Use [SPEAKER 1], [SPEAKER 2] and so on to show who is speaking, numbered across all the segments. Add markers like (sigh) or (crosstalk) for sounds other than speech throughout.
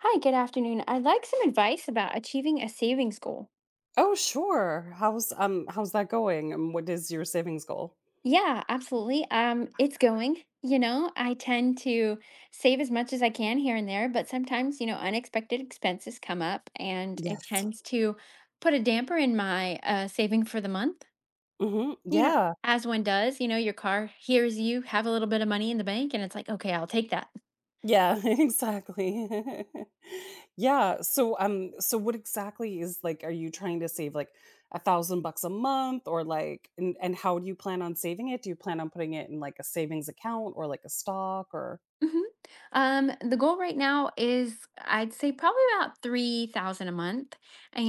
[SPEAKER 1] Hi, good afternoon. I'd like some advice about achieving a savings goal.
[SPEAKER 2] Oh, sure. How's that going? And what is your savings goal?
[SPEAKER 1] Yeah, absolutely. It's going. I tend to save as much as I can here and there, but sometimes, unexpected expenses come up and it
[SPEAKER 2] Yes.
[SPEAKER 1] tends to put a damper in my saving for the month.
[SPEAKER 2] Mhm.
[SPEAKER 1] You know,
[SPEAKER 2] Yeah.
[SPEAKER 1] as one does, your car hears you have a little bit of money in the bank and it's like, okay, I'll take that.
[SPEAKER 2] Yeah, (laughs) exactly. (laughs) Yeah. So what exactly is like are you trying to save like $1,000 a month or like and how do you plan on saving it? Do you plan on putting it in like a savings account or like a stock or
[SPEAKER 1] Mhm. The goal right now is I'd say probably about 3,000 a month,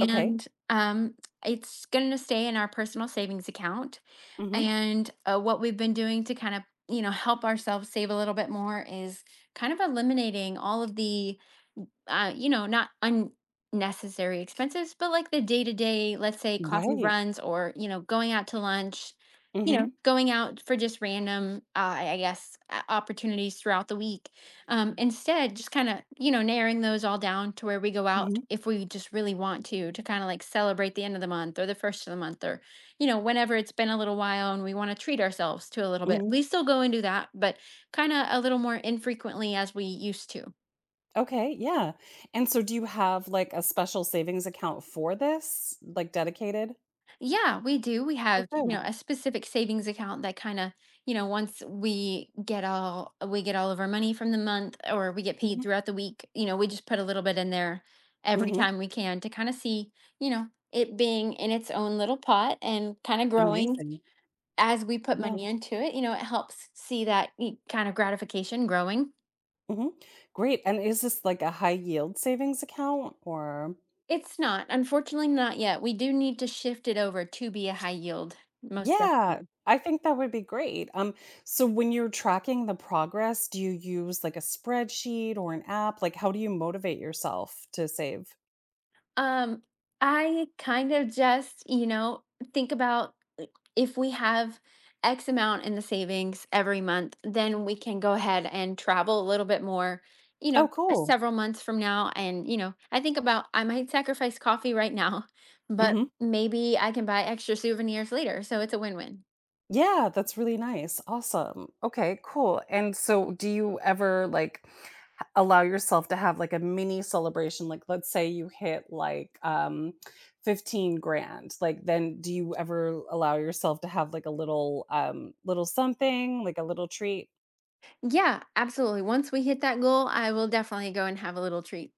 [SPEAKER 2] okay.
[SPEAKER 1] it's going to stay in our personal savings account.
[SPEAKER 2] Mm-hmm.
[SPEAKER 1] And what we've been doing to kind of, help ourselves save a little bit more is kind of eliminating all of the not unnecessary expenses, but like the day to day, let's say coffee
[SPEAKER 2] Right.
[SPEAKER 1] runs or, going out to lunch,
[SPEAKER 2] Mm-hmm.
[SPEAKER 1] going out for just random, I guess, opportunities throughout the week. Instead, just kind of, narrowing those all down to where we go out
[SPEAKER 2] Mm-hmm.
[SPEAKER 1] if we just really want to kind of like celebrate the end of the month or the first of the month or, whenever it's been a little while and we want to treat ourselves to a little bit.
[SPEAKER 2] hmm
[SPEAKER 1] We still go and do that, but kind of a little more infrequently as we used to.
[SPEAKER 2] Okay, yeah. And so do you have like a special savings account for this? Like dedicated?
[SPEAKER 1] Yeah, we do. We have,
[SPEAKER 2] Okay.
[SPEAKER 1] a specific savings account that kind of, once we get all of our money from the month or we get paid
[SPEAKER 2] Mhm,
[SPEAKER 1] throughout the week, we just put a little bit in there every
[SPEAKER 2] mhm,
[SPEAKER 1] time we can to kind of see, it being in its own little pot and kind of growing
[SPEAKER 2] amazing.
[SPEAKER 1] as we put
[SPEAKER 2] Yeah,
[SPEAKER 1] money into it. It helps see that kind of gratification growing.
[SPEAKER 2] mhm, great, and is this like a high yield savings account or
[SPEAKER 1] It's not, unfortunately, not yet. We do need to shift it over to be a high yield, most
[SPEAKER 2] yeah,
[SPEAKER 1] definitely.
[SPEAKER 2] I think that would be great. Um, so when you're tracking the progress, do you use, like, a spreadsheet or an app? Like, how do you motivate yourself to save?
[SPEAKER 1] Um, I kind of just, think about like, if we have X amount in the savings every month, then we can go ahead and travel a little bit more,
[SPEAKER 2] Oh, cool.
[SPEAKER 1] several months from now. And, I think about I might sacrifice coffee right now, (laughs) but
[SPEAKER 2] Mhm.
[SPEAKER 1] maybe I can buy extra souvenirs later. So it's a win win.
[SPEAKER 2] Yeah, that's really nice, awesome. Okay, cool, and so do you ever, like, allow yourself to have like a mini celebration? Like, let's say you hit like 15 grand, like, then do you ever allow yourself to have like a little little something, like a little treat?
[SPEAKER 1] Yeah, absolutely. Once we hit that goal, I will definitely go and have a little treat.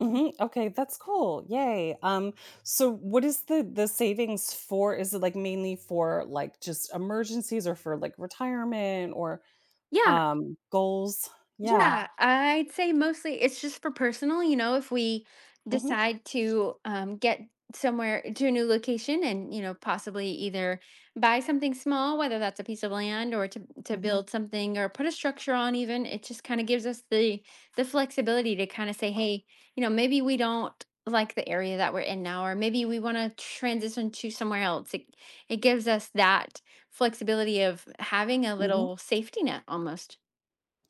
[SPEAKER 2] Hmm okay, that's cool, yay. Um, so what is the savings for? Is it like mainly for like just emergencies or for like retirement or
[SPEAKER 1] Yeah,
[SPEAKER 2] goals? Yeah.
[SPEAKER 1] yeah, I'd say mostly it's just for personal, if we
[SPEAKER 2] hmm
[SPEAKER 1] decide to get somewhere to a new location and, possibly either buy something small, whether that's a piece of land or to build something or put a structure on even, it just kind of gives us the flexibility to kind of say, hey, maybe we don't like the area that we're in now, or maybe we want to transition to somewhere else. It gives us that flexibility of having a
[SPEAKER 2] hmm
[SPEAKER 1] little safety net almost.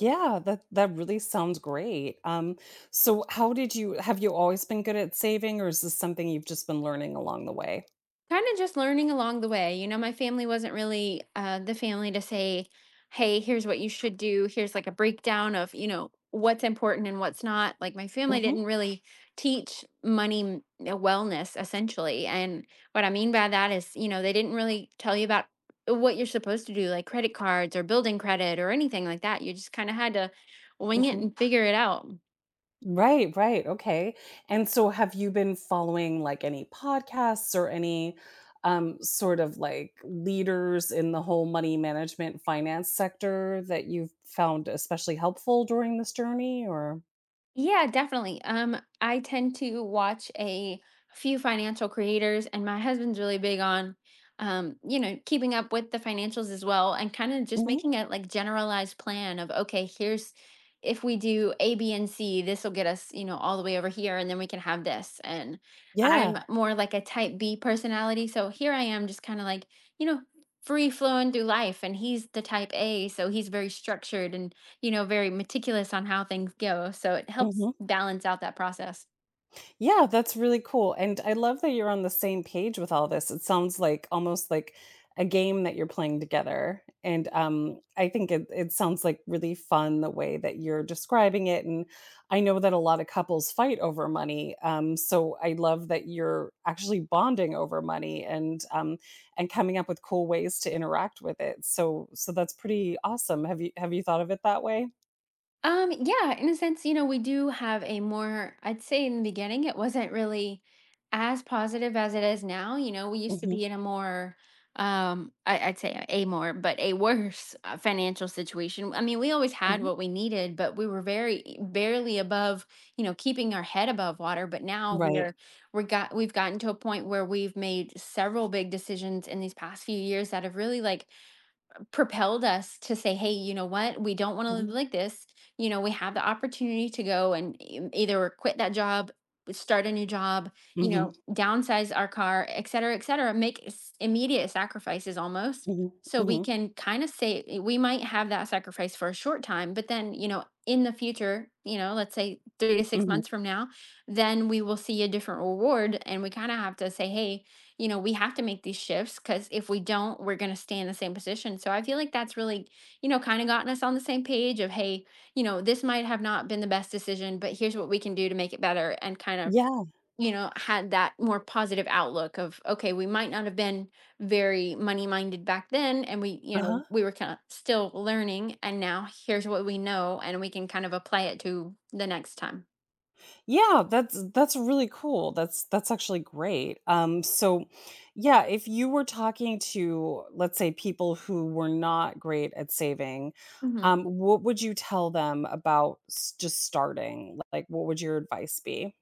[SPEAKER 2] Yeah, that that really sounds great. So how did you have you always been good at saving, or is this something you've just been learning along the way?
[SPEAKER 1] Kind of just learning along the way. My family wasn't really the family to say, hey, here's what you should do. Here's like a breakdown of, what's important and what's not. Like my family
[SPEAKER 2] Hmm
[SPEAKER 1] didn't really teach money wellness, essentially. And what I mean by that is, they didn't really tell you about what you're supposed to do, like credit cards or building credit or anything like that. You just kind of had to wing it
[SPEAKER 2] hmm
[SPEAKER 1] and figure it out.
[SPEAKER 2] Right, right. Okay. And so have you been following like any podcasts or any um sort of like leaders in the whole money management finance sector that you've found especially helpful during this journey or
[SPEAKER 1] Yeah, definitely. I tend to watch a few financial creators, and my husband's really big on, keeping up with the financials as well, and kind of just
[SPEAKER 2] Mhm.
[SPEAKER 1] making a like generalized plan of, okay, here's if we do A, B, and C, this will get us, all the way over here, and then we can have this. And
[SPEAKER 2] Yeah.
[SPEAKER 1] I'm more like a type B personality, so here I am, just kind of like, you know, free flowing through life, and he's the type A, so he's very structured and very meticulous on how things go. So it helps
[SPEAKER 2] Mm-hmm.
[SPEAKER 1] balance out that process.
[SPEAKER 2] Yeah, that's really cool, and I love that you're on the same page with all this. It sounds like almost like a game that you're playing together, and I think it it sounds like really fun the way that you're describing it, and I know that a lot of couples fight over money, so I love that you're actually bonding over money, and coming up with cool ways to interact with it, so so that's pretty awesome. Have you thought of it that way?
[SPEAKER 1] Yeah, in a sense, we do have a more, I'd say in the beginning, it wasn't really as positive as it is now. We used to
[SPEAKER 2] Mhm,
[SPEAKER 1] be in a more, I'd say a more, but a worse financial situation. I mean, we always had
[SPEAKER 2] mhm.
[SPEAKER 1] what we needed, but we were very barely above, keeping our head above water. But now
[SPEAKER 2] Right.
[SPEAKER 1] we've gotten to a point where we've made several big decisions in these past few years that have really like propelled us to say, hey, you know what? We don't want to live
[SPEAKER 2] Mhm.
[SPEAKER 1] like this. We have the opportunity to go and either quit that job, start a new job,
[SPEAKER 2] Mhm.
[SPEAKER 1] downsize our car, et cetera, make immediate sacrifices almost.
[SPEAKER 2] Mhm.
[SPEAKER 1] So we
[SPEAKER 2] Mhm.
[SPEAKER 1] can kind of say, we might have that sacrifice for a short time, but then, in the future, let's say three to six
[SPEAKER 2] Mhm.
[SPEAKER 1] months from now, then we will see a different reward. And we kind of have to say, hey, we have to make these shifts because if we don't, we're going to stay in the same position. So I feel like that's really, kind of gotten us on the same page of, hey, this might have not been the best decision, but here's what we can do to make it better and kind of,
[SPEAKER 2] Yeah,
[SPEAKER 1] had that more positive outlook of, okay, we might not have been very money minded back then. And we, you
[SPEAKER 2] uh-huh.
[SPEAKER 1] know, we were kind of still learning. And now here's what we know and we can kind of apply it to the next time.
[SPEAKER 2] Yeah, that's really cool. That's actually great. So yeah, if you were talking to, let's say, people who were not great at saving,
[SPEAKER 1] Mm-hmm.
[SPEAKER 2] what would you tell them about s- just starting? Like, what would your advice be?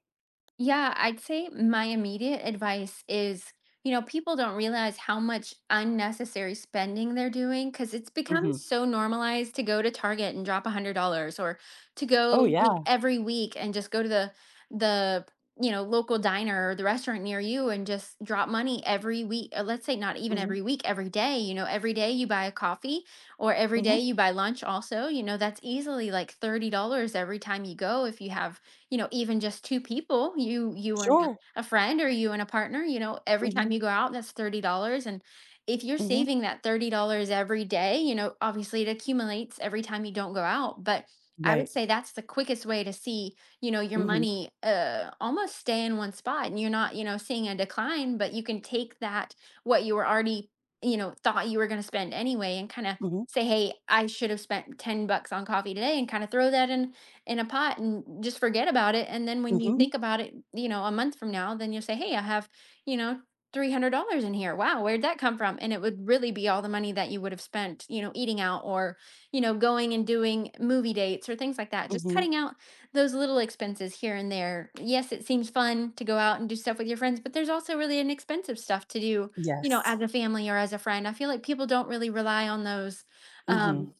[SPEAKER 1] Yeah, I'd say my immediate advice is, people don't realize how much unnecessary spending they're doing because it's become
[SPEAKER 2] Mhm.
[SPEAKER 1] so normalized to go to Target and drop $100 or to go
[SPEAKER 2] Oh, yeah.
[SPEAKER 1] every week and just go to the local diner or the restaurant near you and just drop money every week. Let's say not even
[SPEAKER 2] Mhm,
[SPEAKER 1] every week, every day. Every day you buy a coffee or every
[SPEAKER 2] mhm.
[SPEAKER 1] day you buy lunch also, that's easily like $30 every time you go if you have even just two people, you and a
[SPEAKER 2] Sure.
[SPEAKER 1] a friend or you and a partner, every time
[SPEAKER 2] Mhm,
[SPEAKER 1] you go out, that's $30. And if you're
[SPEAKER 2] mhm.
[SPEAKER 1] saving that $30 every day, obviously it accumulates every time you don't go out. But I
[SPEAKER 2] Right.
[SPEAKER 1] would say that's the quickest way to see, your
[SPEAKER 2] Mhm,
[SPEAKER 1] money almost stay in one spot and you're not, seeing a decline, but you can take that what you were already, thought you were going to spend anyway and kind of
[SPEAKER 2] mhm,
[SPEAKER 1] say, "Hey, I should have spent 10 bucks on coffee today," and kind of throw that in a pot and just forget about it. And then when you
[SPEAKER 2] mhm,
[SPEAKER 1] think about it, a month from now, then you'll say, hey, I have, you know, $300 in here. Wow, where'd that come from? And it would really be all the money that you would have spent, eating out or, going and doing movie dates or things like that. Just
[SPEAKER 2] mhm.
[SPEAKER 1] cutting out those little expenses here and there. Yes, it seems fun to go out and do stuff with your friends, but there's also really inexpensive stuff to do,
[SPEAKER 2] Yes.
[SPEAKER 1] as a family or as a friend. I feel like people don't really rely on
[SPEAKER 2] Mhm,
[SPEAKER 1] um,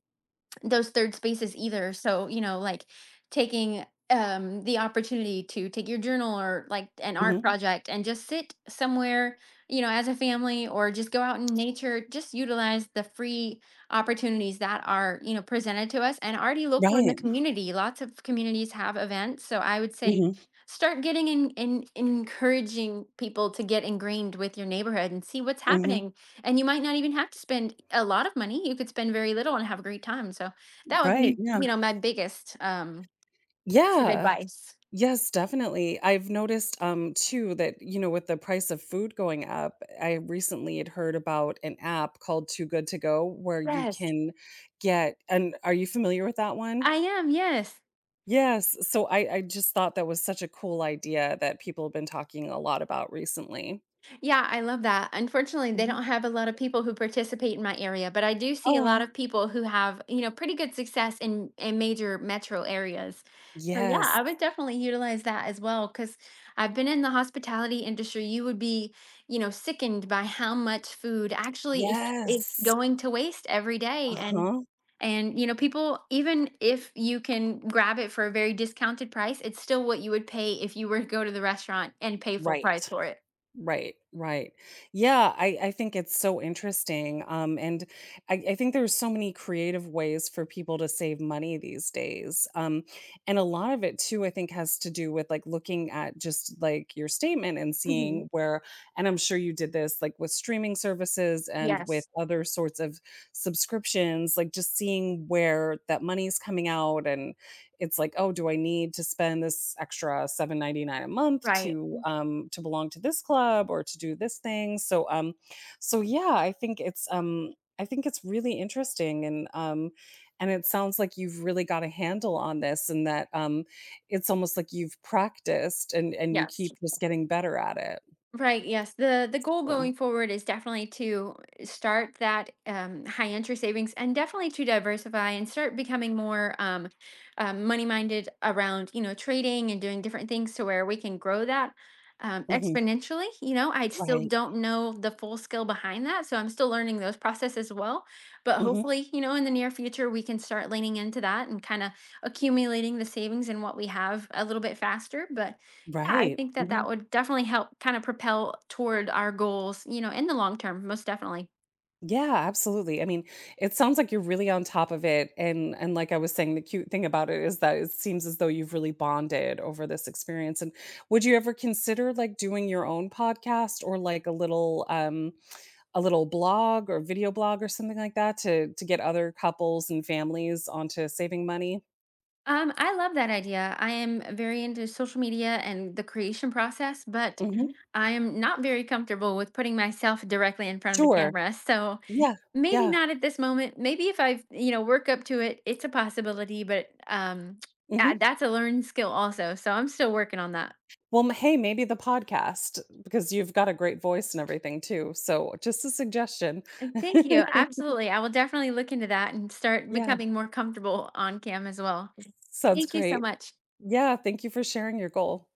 [SPEAKER 1] those third spaces either. So, like taking the opportunity to take your journal or like an
[SPEAKER 2] mhm.
[SPEAKER 1] art project and just sit somewhere, as a family or just go out in nature, just utilize the free opportunities that are, presented to us and already local in the
[SPEAKER 2] Right.
[SPEAKER 1] community. Lots of communities have events, so I would say
[SPEAKER 2] Mhm,
[SPEAKER 1] Start getting in encouraging people to get ingrained with your neighborhood and see what's
[SPEAKER 2] mhm.
[SPEAKER 1] happening and you might not even have to spend a lot of money. You could spend very little and have a great time. So that would
[SPEAKER 2] Right,
[SPEAKER 1] be,
[SPEAKER 2] yeah.
[SPEAKER 1] my biggest.
[SPEAKER 2] Yeah. Yes, definitely. I've noticed too that, you know, with the price of food going up, I recently had heard about an app called Too Good to Go where you
[SPEAKER 1] Yes.
[SPEAKER 2] can get and are you familiar with that one?
[SPEAKER 1] I am, yes.
[SPEAKER 2] Yes. So I just thought that was such a cool idea that people have been talking a lot about recently.
[SPEAKER 1] Yeah, I love that. Unfortunately, they
[SPEAKER 2] Mhm.
[SPEAKER 1] don't have a lot of people who participate in my area, but I do see a lot
[SPEAKER 2] Oh.
[SPEAKER 1] of people who have, pretty good success in major metro areas. So yeah,
[SPEAKER 2] Yes.
[SPEAKER 1] I would definitely utilize that as well because I've been in the hospitality industry. You would be, sickened by how much food actually is
[SPEAKER 2] Yes.
[SPEAKER 1] going to waste every day. And
[SPEAKER 2] Uh-huh.
[SPEAKER 1] and people, even if you can grab it for a very discounted price, it's still what you would pay if you were to go to the restaurant and pay full
[SPEAKER 2] Right.
[SPEAKER 1] price for it.
[SPEAKER 2] Right, right. Yeah, I think it's so interesting. And I think there's so many creative ways for people to save money these days. And a lot of it too, I think, has to do with like looking at just like your statement and
[SPEAKER 1] Mhm.
[SPEAKER 2] seeing where, and I'm sure you did this like with streaming services and with
[SPEAKER 1] Yes,
[SPEAKER 2] other sorts of subscriptions, like just seeing where that money's coming out, and it's like, oh, do I need to spend this extra 7.99 a month
[SPEAKER 1] right.
[SPEAKER 2] to belong to this club or to do this thing? So so yeah, I think it's really interesting, and it sounds like you've really got a handle on this, and that it's almost like you've practiced, and you
[SPEAKER 1] Yes.
[SPEAKER 2] keep just getting better at it.
[SPEAKER 1] Right, yes. The goal
[SPEAKER 2] So,
[SPEAKER 1] going forward is definitely to start that high interest savings and definitely to diversify and start becoming more money minded around, trading and doing different things to where we can grow that
[SPEAKER 2] mhm,
[SPEAKER 1] exponentially. I still
[SPEAKER 2] right.
[SPEAKER 1] don't know the full skill behind that. So I'm still learning those processes as well. But
[SPEAKER 2] Mhm,
[SPEAKER 1] hopefully, in the near future, we can start leaning into that and kind of accumulating the savings and what we have a little bit faster. But yeah, I
[SPEAKER 2] right.
[SPEAKER 1] think that
[SPEAKER 2] Mm-hmm.
[SPEAKER 1] that Mhm. would definitely help kind of propel toward our goals, in the long term, most definitely.
[SPEAKER 2] Yeah, absolutely. I mean, it sounds like you're really on top of it, and like I was saying the cute thing about it is that it seems as though you've really bonded over this experience. And would you ever consider like doing your own podcast or like a little blog or video blog or something like that to get other couples and families onto saving money?
[SPEAKER 1] I love that idea. I am very into social media and the creation process, but
[SPEAKER 2] Mhm.
[SPEAKER 1] I am not very comfortable with putting myself directly in front of the
[SPEAKER 2] Sure.
[SPEAKER 1] camera. So
[SPEAKER 2] Yeah.
[SPEAKER 1] maybe
[SPEAKER 2] Yeah.
[SPEAKER 1] not at this moment. Maybe if I, work up to it, it's a possibility, but
[SPEAKER 2] Mhm.
[SPEAKER 1] that's a learned skill also. So I'm still working on that.
[SPEAKER 2] Well, hey, maybe the podcast because you've got a great voice and everything too. So, just a suggestion.
[SPEAKER 1] And thank
[SPEAKER 2] (laughs)
[SPEAKER 1] you. Absolutely. I will definitely look into that and start
[SPEAKER 2] Yeah.
[SPEAKER 1] becoming more comfortable on cam as well.
[SPEAKER 2] Sounds
[SPEAKER 1] Thank you so
[SPEAKER 2] great.
[SPEAKER 1] much.
[SPEAKER 2] Yeah, thank you for sharing your goal.